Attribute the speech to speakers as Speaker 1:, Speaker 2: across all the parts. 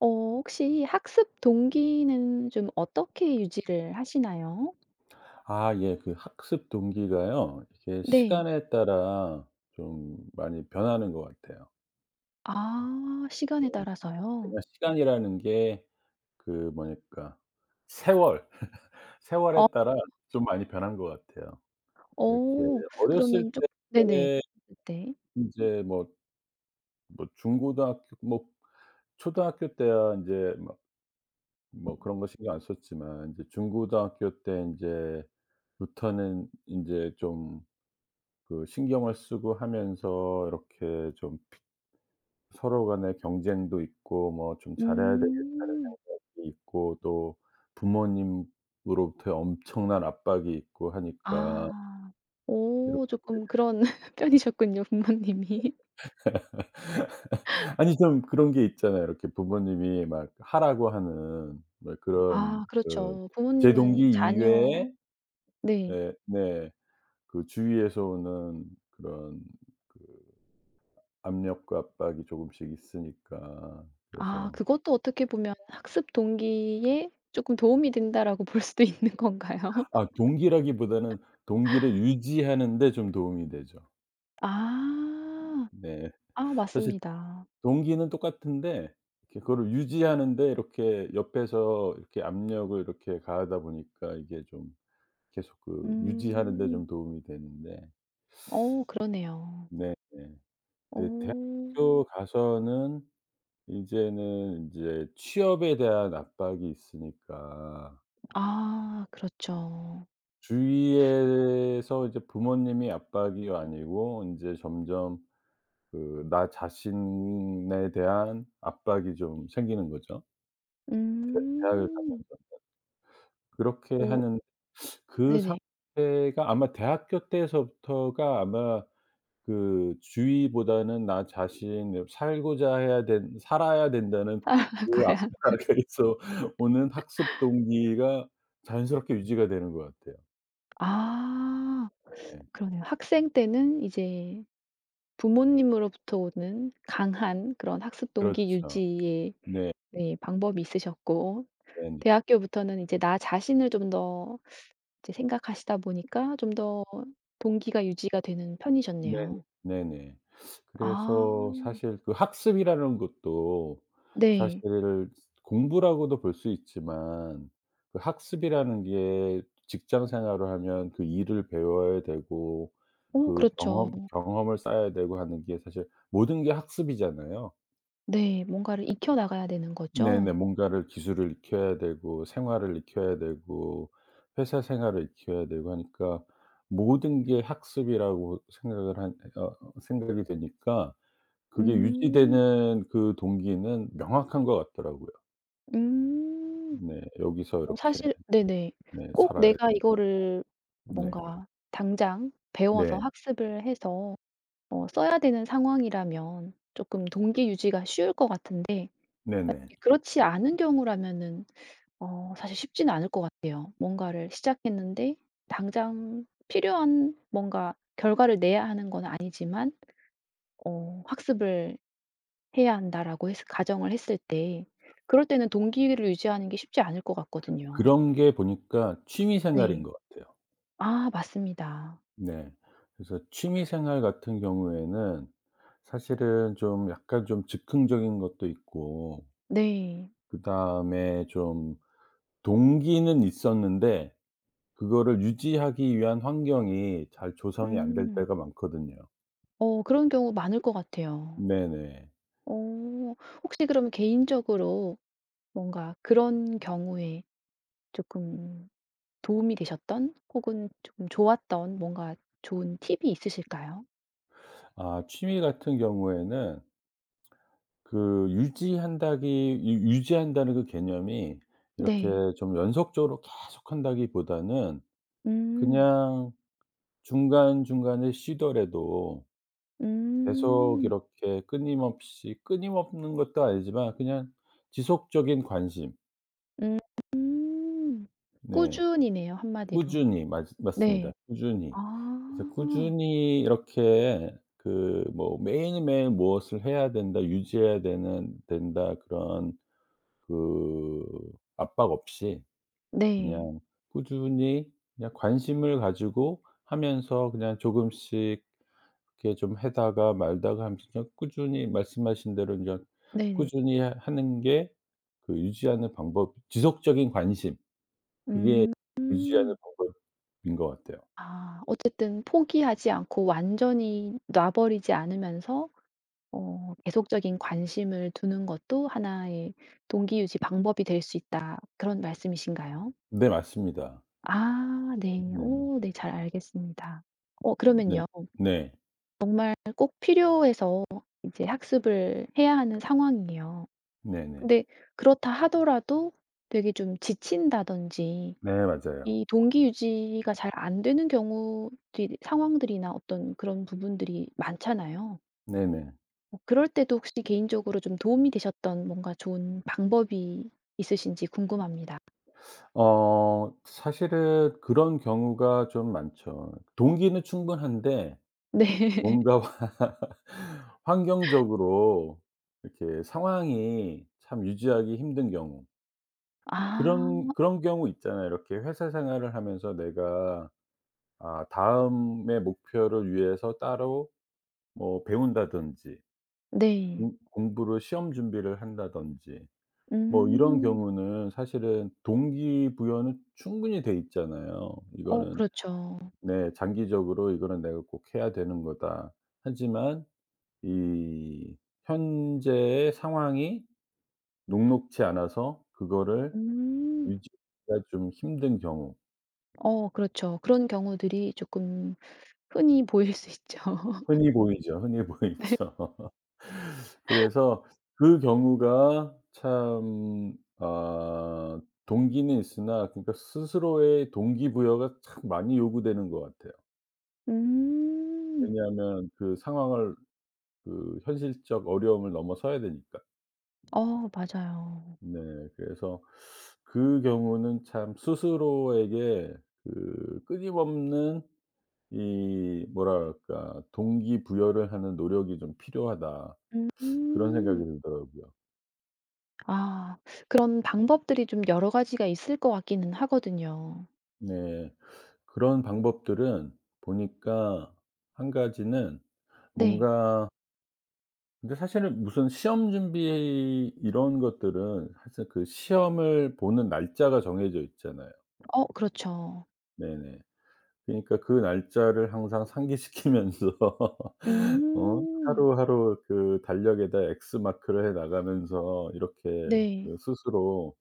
Speaker 1: 어 혹시 학습 동기는 좀 어떻게 유지를 하시나요?
Speaker 2: 아 예. 그 학습 동기가요. 이게
Speaker 1: 네.
Speaker 2: 시간에 따라 좀 많이 변하는 것 같아요.
Speaker 1: 아
Speaker 2: 네.
Speaker 1: 시간에 따라서요?
Speaker 2: 그러니까 시간이라는 게 그 뭐니까 세월, 세월에
Speaker 1: 어
Speaker 2: 따라 좀 많이 변한 것 같아요. 이렇게
Speaker 1: 어
Speaker 2: 어렸을
Speaker 1: 그러면 좀
Speaker 2: 때
Speaker 1: 네네. 네.
Speaker 2: 인제 뭐 뭐 중고등학교 뭐 초등학교 때야 인제 막 뭐 그런 거 신경 안 썼지만 인제 중고등학교 때 인제 부터는 인제 좀 그 신경을 쓰고 하면서 이렇게 좀 서로 간에 경쟁도 있고 뭐 좀 잘해야 되겠다는
Speaker 1: 음.
Speaker 2: 생각이 있고 또 부모님으로부터의 엄청난 압박이 있고 하니까
Speaker 1: 아.
Speaker 2: 이렇게
Speaker 1: 오 조금 그런 편이셨군요, 부모님이.
Speaker 2: 아니 좀 그런 게 있잖아요. 이렇게 부모님이 막 하라고 하는 뭐 그런
Speaker 1: 아
Speaker 2: 그
Speaker 1: 그렇죠.
Speaker 2: 제 동기
Speaker 1: 부모님은 자녀
Speaker 2: 이외에
Speaker 1: 네.
Speaker 2: 예 네 그 주위에서 오는 그런 압력과 압박이 조금씩 있으니까
Speaker 1: 아
Speaker 2: 그래서
Speaker 1: 그것도 어떻게 보면 '학습 동기에 조금 도움이 된다.'라고 볼 수도 있는 건가요?
Speaker 2: 아 동기라기보다는 동기를 유지하는 데 좀 도움이 되죠.
Speaker 1: 아.
Speaker 2: 네.
Speaker 1: 아
Speaker 2: 사실
Speaker 1: 맞습니다.
Speaker 2: 동기는 똑같은데 이렇게 그거를 유지하는데 이렇게 옆에서 이렇게 압력을 이렇게 가하다 보니까 이게 좀 계속 그 유지하는 데
Speaker 1: 음.
Speaker 2: 좀 도움이 되는데
Speaker 1: 어 그러네요.
Speaker 2: 네네. 네
Speaker 1: 어.
Speaker 2: 대학교 가서는 이제는 인제 취업에 대한 압박이 있으니까
Speaker 1: 아 그렇죠.
Speaker 2: 주위에서 이제 부모님이 압박이 아니고 인제 점점 그 나 자신에 대한 압박이 좀 생기는 거죠. 대학을
Speaker 1: 음.
Speaker 2: 가면 그렇게 하
Speaker 1: 오,
Speaker 2: 는 그
Speaker 1: 네네.
Speaker 2: 상태가 아마 대학교 때서부터가 아마 그 주위보다는 나 자신을 살고자 해야 된 살아야 된다는 그
Speaker 1: 가
Speaker 2: 앞
Speaker 1: 야
Speaker 2: 바에서 오는 학습 동기가 자연스럽게 유지가 되는 것 같아요.
Speaker 1: 아
Speaker 2: 네.
Speaker 1: 그러네요. 학생 때는 이제 부모님으로부터 오는 강한 그런 학습 동기
Speaker 2: 그렇죠.
Speaker 1: 유지의
Speaker 2: 네.
Speaker 1: 네 방법이 있으셨고
Speaker 2: 네네.
Speaker 1: 대학교부터는 이제 나 자신을 좀 더 이제 생각하시다 보니까 좀 더 동기가 유지가 되는
Speaker 2: 네네.
Speaker 1: 편이셨네요.
Speaker 2: 네네. 그래서
Speaker 1: 아
Speaker 2: 사실 그 학습이라는 것도 사실
Speaker 1: 네.
Speaker 2: 공부라고도 볼 수 있지만 그 학습이라는 게 직장 생활을 하면 그 일을 배워야 되고
Speaker 1: 오,
Speaker 2: 그
Speaker 1: 그렇죠.
Speaker 2: 경험을 쌓아야 되고 하는 게 사실 모든 게 학습이잖아요.
Speaker 1: 네. 뭔가를 익혀 나가야 되는
Speaker 2: 네네.
Speaker 1: 거죠?
Speaker 2: 뭔가를 기술을 익혀야 되고 생활을 익혀야 되고 회사 생활을 익혀야 되고 하니까 모든 게 학습이라고 생각을 한 어 생각이 되니까 그게
Speaker 1: 음.
Speaker 2: 유지되는 그 동기는 명확한 것 같더라고요.
Speaker 1: 음.
Speaker 2: 네. 여기서
Speaker 1: 어
Speaker 2: 이렇게
Speaker 1: 사실 네네.
Speaker 2: 네
Speaker 1: 꼭
Speaker 2: 살아야
Speaker 1: 내가 이거를
Speaker 2: 네.
Speaker 1: 뭔가 당장 배워서
Speaker 2: 네.
Speaker 1: 학습을 해서 어 써야 되는 상황이라면 쪼끔 동기 유지가 쉬울 것 같은데
Speaker 2: 네네.
Speaker 1: 그렇지 않은 경우라면은 어 사실 쉽지는 않을 것 같아요. 뭔가를 시작했는데 당장 필요한 뭔가 결과를 내야 하는 건 아니지만 어 학습을 해야 한다라고 했 가정을 했을 때 그럴 때는 동기를 유지하는 게 쉽지 않을 것 같거든요.
Speaker 2: 그런 게 보니까 취미 생활인
Speaker 1: 네.
Speaker 2: 것 같아요.
Speaker 1: 아 맞습니다.
Speaker 2: 네. 그래서 취미 생활 같은 경우에는 사실은 좀 약간 좀 즉흥적인 것도 있고
Speaker 1: 네.
Speaker 2: 그다음에 좀 동기는 있었는데 그거를 유지하기 위한 환경이 잘 조성이 안 될
Speaker 1: 음.
Speaker 2: 때가 많거든요.
Speaker 1: 어 그런 경우 많을 것 같아요.
Speaker 2: 네네.
Speaker 1: 어 혹시 그러면 개인적으로 뭔가 그런 경우에 조금 도움이 되셨던 혹은 조금 좋았던 뭔가 좋은 팁이 있으실까요?
Speaker 2: 아 취미 같은 경우에는 그 유지한다기 유 유지한다는 그 개념이 이렇게
Speaker 1: 네.
Speaker 2: 좀 연속적으로 계속한다기보다는
Speaker 1: 음.
Speaker 2: 그냥 중간중간에 쉬더라도 계속
Speaker 1: 음.
Speaker 2: 이렇게 끊임없이 끊임없는 것도 아니지만 그냥 지속적인 관심
Speaker 1: 음. 꾸
Speaker 2: 네.
Speaker 1: 준이네요 한마디로.
Speaker 2: 꾸준히 맞 맞습니다.
Speaker 1: 네.
Speaker 2: 꾸준히.
Speaker 1: 아.
Speaker 2: 그래서 꾸준히 이렇게 그 뭐 매일매일 무엇을 해야 된다, 유지해야 되는 된다 그런 그 압박 없이
Speaker 1: 네.
Speaker 2: 그냥 꾸준히 그냥 관심을 가지고 하면서 그냥 조금씩 이렇게 좀 해다가 말다가 하면서 그냥 꾸준히 말씀하신 대로 인제
Speaker 1: 네네.
Speaker 2: 꾸준히 하 하는 게 그 유지하는 방법 지속적인 관심 그게
Speaker 1: 음.
Speaker 2: 유지하는
Speaker 1: 음.
Speaker 2: 방법인 것 같아요.
Speaker 1: 아 어쨌든 포기하지 않고 완전히 놔 버리지 않으면서 어 계속적인 관심을 두는 것도 하나의 동기 유지 방법이 될 수 있다. 그런 말씀이신가요?
Speaker 2: 네 맞습니다.
Speaker 1: 아 네.
Speaker 2: 네네.
Speaker 1: 오 네 잘 알겠습니다. 어
Speaker 2: 음. 네.
Speaker 1: 그러면요.
Speaker 2: 네.
Speaker 1: 꼭 필요해서 이제 학습을 해야 하는 상황이에요.
Speaker 2: 네네.
Speaker 1: 근데 그렇다 하더라도 되게 좀 지친다든지
Speaker 2: 네 네, 맞아요.
Speaker 1: 이 동기 유지가 잘 안 되는 경우들이 상황들이나 어떤 그런 부분들이 많잖아요.
Speaker 2: 네네.
Speaker 1: 뭐 그럴 때도 혹시 개인적으로 좀 도움이 되셨던 뭔가 좋은 방법이 있으신지 궁금합니다.
Speaker 2: 어 사실은 그런 경우가 좀 많죠. 동기는 충분한데
Speaker 1: 네.
Speaker 2: 뭔가 환경적으로 이렇게 상황이 참 유지하기 힘든 경우
Speaker 1: 아
Speaker 2: 그런 그런 경우 있잖아요. 이렇게 회사 생활을 하면서 내가 아 다음의 목표를 위해서 따로 뭐 배운다든지
Speaker 1: 네.
Speaker 2: 공 공부를 시험 준비를 한다든지 뭐 이런
Speaker 1: 음.
Speaker 2: 경우는 사실은 동기부여는 충분히 돼 있잖아요.
Speaker 1: 어
Speaker 2: 이거는
Speaker 1: 그렇죠.
Speaker 2: 네 장기적으로 '이거는 내가 꼭 해야 되는 거다.' 하지만 이 현재의 상황이 녹록치 않아서 그거를
Speaker 1: 음.
Speaker 2: 유지가 좀 힘든 경우
Speaker 1: 어 그렇죠. 그런 경우들이 조금 흔히 보일 수 있죠.
Speaker 2: 흔히 보이죠. 흔히
Speaker 1: 네.
Speaker 2: 보이죠. 그래서 그 경우가 참 아 동기는 있으나 그러니까 스스로의 동기부여가 참 많이 요구되는 것 같아요.
Speaker 1: 음.
Speaker 2: 왜냐하면 그 상황을 그 현실적 어려움을 넘어서야 되니까.
Speaker 1: 어 맞아요.
Speaker 2: 네. 그래서 그 경우는 참 스스로에게 그 끊임없는 이 뭐랄까 '동기부여를 하는 노력이 좀 필요하다.' 그런 생각이
Speaker 1: 음.
Speaker 2: 들더라고요.
Speaker 1: 아 그런 방법들이 좀 여러 가지가 있을 것 같기는 하거든요.
Speaker 2: 네. 그런 방법들은 보니까 한 가지는
Speaker 1: 네.
Speaker 2: 뭔가 근데 사실은 무슨 시험 준비 이런 것들은 사실 그 시험을 보는 날짜가 정해져 있잖아요.
Speaker 1: 어 그렇죠.
Speaker 2: 네네. 그러니까 그 날짜를 항상 상기시키면서 어
Speaker 1: 음.
Speaker 2: 하루하루 그 달력에다 X 마크를 해 나가면서 이렇게
Speaker 1: 네.
Speaker 2: 그 스스로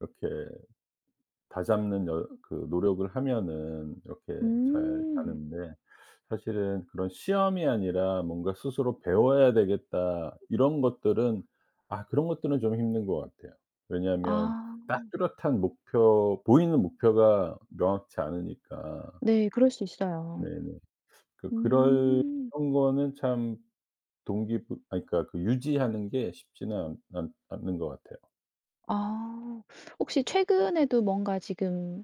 Speaker 2: 이렇게 다잡는 여 그 노력을 하면은 이렇게 잘
Speaker 1: 음.
Speaker 2: 가는데 사실은 그런 '시험이 아니라 뭔가 스스로 배워야 되겠다.' 이런 것들은 아 그런 것들은 좀 힘든 것 같아요. 왜냐하면
Speaker 1: 아
Speaker 2: 딱 뚜렷한 목표 보이는 목표가 명확치 않으니까.
Speaker 1: 네. 그럴 수 있어요.
Speaker 2: 네네. 그 그럴
Speaker 1: 음.
Speaker 2: 그런 거는 참 동기부 아니 그러니까 그 유지하는 게 쉽지는 않 않 않는 것 같아요.
Speaker 1: 아. 혹시 최근에도 뭔가 지금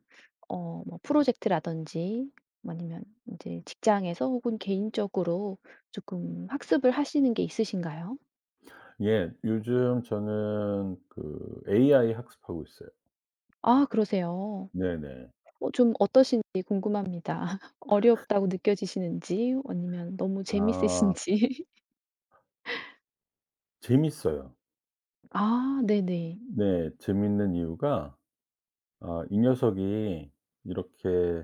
Speaker 1: 어 뭐 프로젝트라든지 아니면 이제 직장에서 혹은 개인적으로 조금 학습을 하시는 게 있으신가요?
Speaker 2: 예. 요즘 저는 그 AI 학습하고 있어요.
Speaker 1: 아 그러세요.
Speaker 2: 네네.
Speaker 1: 어 좀 어떠신지 궁금합니다. 어렵다고 느껴지시는지 아니면 너무
Speaker 2: 아
Speaker 1: 재밌으신지.
Speaker 2: 재밌어요.
Speaker 1: 아 네네.
Speaker 2: 네. 재밌는 이유가 아 이 녀석이 이렇게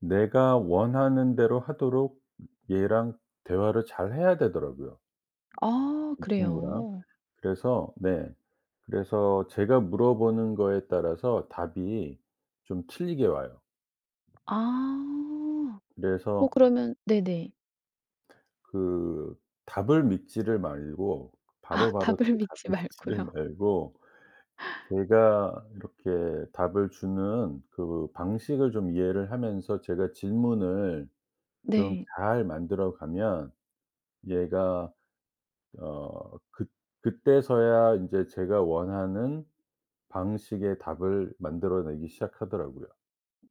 Speaker 2: 내가 원하는 대로 하도록 얘랑 대화를 잘해야 되더라고요,
Speaker 1: 아
Speaker 2: 이 친구랑.
Speaker 1: 그래요.
Speaker 2: 그래서 네. 그래서 제가 물어보는 거에 따라서 답이 좀 틀리게 와요.
Speaker 1: 아. 어
Speaker 2: 그래서
Speaker 1: 그러면 네네.
Speaker 2: 그 답을 믿지를 말고
Speaker 1: 아
Speaker 2: 바로바로
Speaker 1: 답을
Speaker 2: 그 답을
Speaker 1: 믿지
Speaker 2: 믿지를
Speaker 1: 말고요.
Speaker 2: 말고 걔가 이렇게 답을 주는 그 방식을 좀 이해를 하면서 제가 질문을 좀
Speaker 1: 네.
Speaker 2: 잘 만들어 가면 얘가 어 그 그때서야 인제 제가 원하는 방식의 답을 만들어내기 시작하더라고요.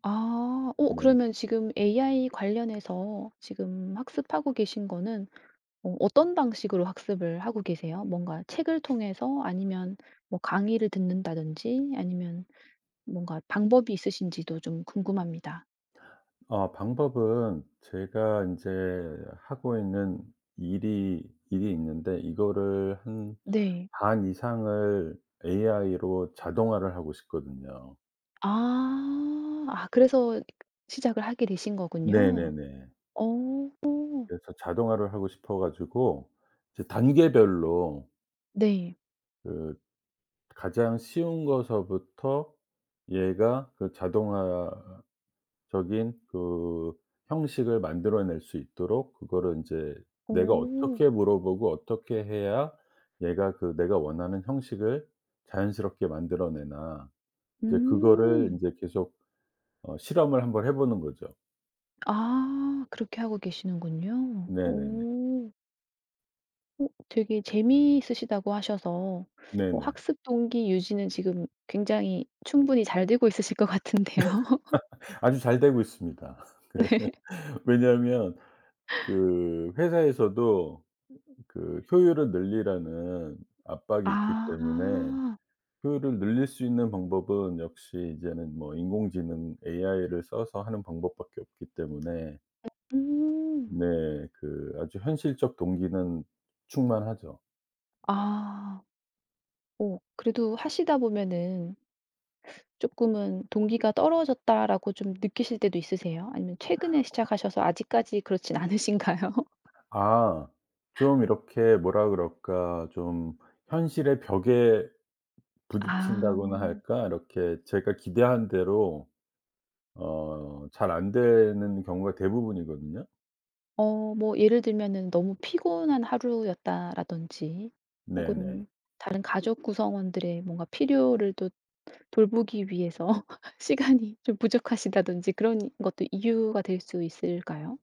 Speaker 1: 아. 어
Speaker 2: 네.
Speaker 1: 그러면 지금 AI 관련해서 지금 학습하고 계신 거는 어 어떤 방식으로 학습을 하고 계세요? 뭔가 책을 통해서 아니면 뭐 강의를 듣는다든지 아니면 뭔가 방법이 있으신지도 좀 궁금합니다.
Speaker 2: 어 방법은 제가 이제 하고 있는 일이 있는데 이거를 한
Speaker 1: 네.
Speaker 2: 반 이상을 AI로 자동화를 하고 싶거든요.
Speaker 1: 아. 아 그래서 시작을 하게 되신 거군요.
Speaker 2: 네네네.
Speaker 1: 어.
Speaker 2: 그래서 자동화를 하고 싶어 가지고 이제 단계별로
Speaker 1: 네.
Speaker 2: 그 가장 쉬운 거서부터 얘가 그 자동화 적인 그 형식을 만들어낼 수 있도록 그거를 인제 내가
Speaker 1: 오
Speaker 2: 어떻게 물어보고 어떻게 해야 얘가 그 내가 원하는 형식을 자연스럽게 만들어내나 이제 그거를
Speaker 1: 음.
Speaker 2: 인제 계속 어 실험을 한번 해 보는 거죠.
Speaker 1: 아 그렇게 하고 계시는군요.
Speaker 2: 네네네.
Speaker 1: 오. 어 되게 재미있으시다고 하셔서 어
Speaker 2: 네네.
Speaker 1: 학습 동기 유지는 지금 굉장히 충분히 잘 되고 있으실 것 같은데요.
Speaker 2: 아주 잘 되고 있습니다. 그
Speaker 1: 네.
Speaker 2: 왜냐하면 그 회사에서도 그 효율을 늘리라는 압박이 있기
Speaker 1: 아.
Speaker 2: 때문에 효율을 늘릴 수 있는 방법은 역시 이제는 뭐 인공지능 AI를 써서 하는 방법밖에 없기 때문에
Speaker 1: 음.
Speaker 2: 네 그 아주 현실적 동기는 충만하죠.
Speaker 1: 아. 오 그래도 하시다 보면은 조금은 '동기가 떨어졌다.'라고 좀 느끼실 때도 있으세요? 아니면 최근에 시작하셔서 아직까지 그렇진 않으신가요?
Speaker 2: 아 좀 이렇게 뭐라 그럴까 좀 현실의 벽에 부딪힌다거나
Speaker 1: 아.
Speaker 2: 할까 이렇게 제가 기대한 대로 어 잘 안 되는 경우가 대부분이거든요.
Speaker 1: 어 뭐 예를 들면은 너무 피곤한 하루였다라든지
Speaker 2: 네네.
Speaker 1: 혹은 다른 가족 구성원들의 뭔가 필요를 또 돌보기 위해서 시간이 좀 부족하시다든지 그런 것도 이유가 될 수 있을까요?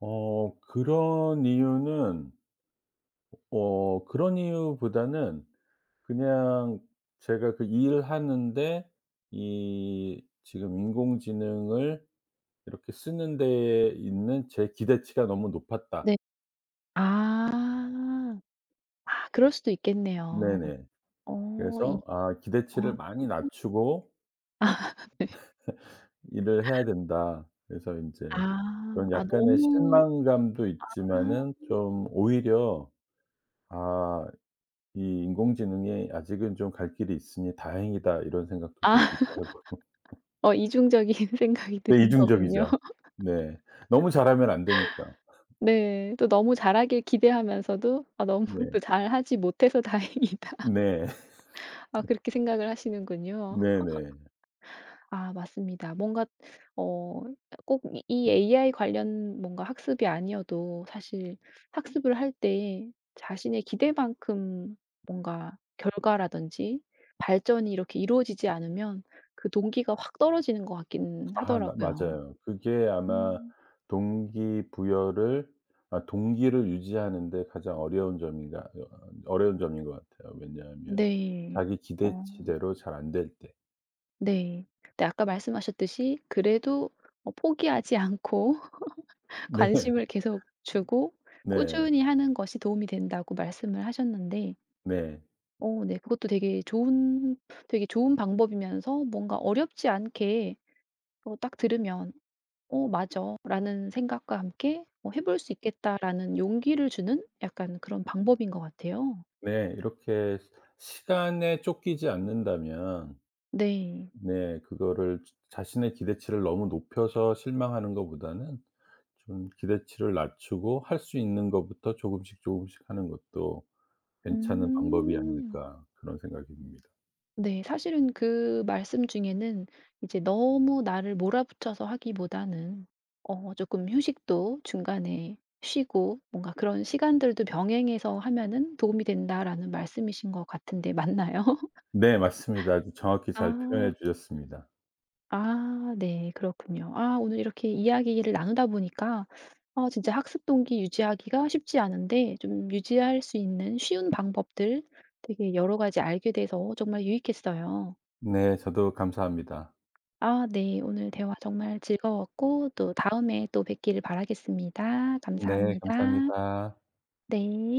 Speaker 2: 어 그런 이유는 어 그런 이유보다는 그냥 제가 그 일하는데 이 지금 인공지능을 이렇게 쓰는 데에 있는 제 기대치가 너무 높았다.
Speaker 1: 네. 아. 아 그럴 수도 있겠네요.
Speaker 2: 네네.
Speaker 1: 어 이
Speaker 2: 그래서 아 기대치를
Speaker 1: 어.
Speaker 2: 많이 낮추고
Speaker 1: 아.
Speaker 2: 일을 해야 된다. 그래서 인제
Speaker 1: 아.
Speaker 2: 그런
Speaker 1: 아
Speaker 2: 약간의
Speaker 1: 너무
Speaker 2: 실망감도
Speaker 1: 아.
Speaker 2: 있지만은 좀 오히려 '아 이 인공지능이 아직은 좀 갈 길이 있으니 다행이다.' 이런 생각도
Speaker 1: 아.
Speaker 2: 들기도 하고.
Speaker 1: 어 이중적인 생각이
Speaker 2: 네
Speaker 1: 드는 거군요.
Speaker 2: 이중적이죠. 네. 너무 잘하면 안 되니까.
Speaker 1: 네. 또 너무 잘하길 기대하면서도 '아 너무
Speaker 2: 네.
Speaker 1: 또 잘하지 못해서 다행이다.'
Speaker 2: 네.
Speaker 1: 아 그렇게 생각을 하시는군요.
Speaker 2: 네네.
Speaker 1: 아 맞습니다. 뭔가 어 꼭 이 AI 관련 뭔가 학습이 아니어도 사실 학습을 할 때 자신의 기대만큼 뭔가 결과라든지 발전이 이렇게 이루어지지 않으면 그 동기가 확 떨어지는 것 같긴
Speaker 2: 아 나
Speaker 1: 하더라고요.
Speaker 2: 맞아요. 그게 아마
Speaker 1: 음.
Speaker 2: 동기부여를 아 동기를 유지하는 데 가장 어려운 점인가 어 어려운 점인 것 같아요. 왜냐하면
Speaker 1: 네.
Speaker 2: 자기
Speaker 1: 어
Speaker 2: 기대치대로 잘 안 될 때.
Speaker 1: 네. 근데 아까 말씀하셨듯이 그래도 어 포기하지 않고
Speaker 2: 네.
Speaker 1: 관심을 계속 주고
Speaker 2: 네.
Speaker 1: 꾸준히 하는 것이 도움이 된다고 말씀을 하셨는데
Speaker 2: 네.
Speaker 1: 어 네 그것도 되게 좋은 되게 좋은 방법이면서 뭔가 어렵지 않게 어 딱 들으면 '어 맞아.' 라는 생각과 함께 어 '해 볼 수 있겠다.'라는 용기를 주는 약간 그런 방법인 것 같아요.
Speaker 2: 네. 이렇게 시간에 쫓기지 않는다면
Speaker 1: 네.
Speaker 2: 네. 그거를 자신의 기대치를 너무 높여서 실망하는 것보다는 좀 기대치를 낮추고 할 수 있는 것부터 조금씩 조금씩 하는 것도 괜찮은 방법이
Speaker 1: 음.
Speaker 2: 아닐까 그런 생각이 듭니다.
Speaker 1: 네. 사실은 그 말씀 중에는 이제 너무 나를 몰아붙여서 하기보다는 어금 휴식도 중간에 쉬고 뭔가 그런 시간들도 병행해서 하면은 도움이 된다라는 말씀이신 것 같은데 맞나요?
Speaker 2: 네 맞습니다. 아주 정확히 잘
Speaker 1: 아.
Speaker 2: 표현해 주셨습니다.
Speaker 1: 아 네. 그렇군요. 아 오늘 이렇게 이야기를 나누다 보니까 아 진짜 학습 동기 유지하기가 쉽지 않은데 좀 유지할 수 있는 쉬운 방법들 되게 여러 가지 알게 돼서 정말 유익했어요.
Speaker 2: 네 저도 감사합니다.
Speaker 1: 아 네. 오늘 대화 정말 즐거웠고 또 다음에 또 뵙기를 바라겠습니다.
Speaker 2: 네
Speaker 1: 감사합니다.
Speaker 2: 감사합니다.
Speaker 1: 네.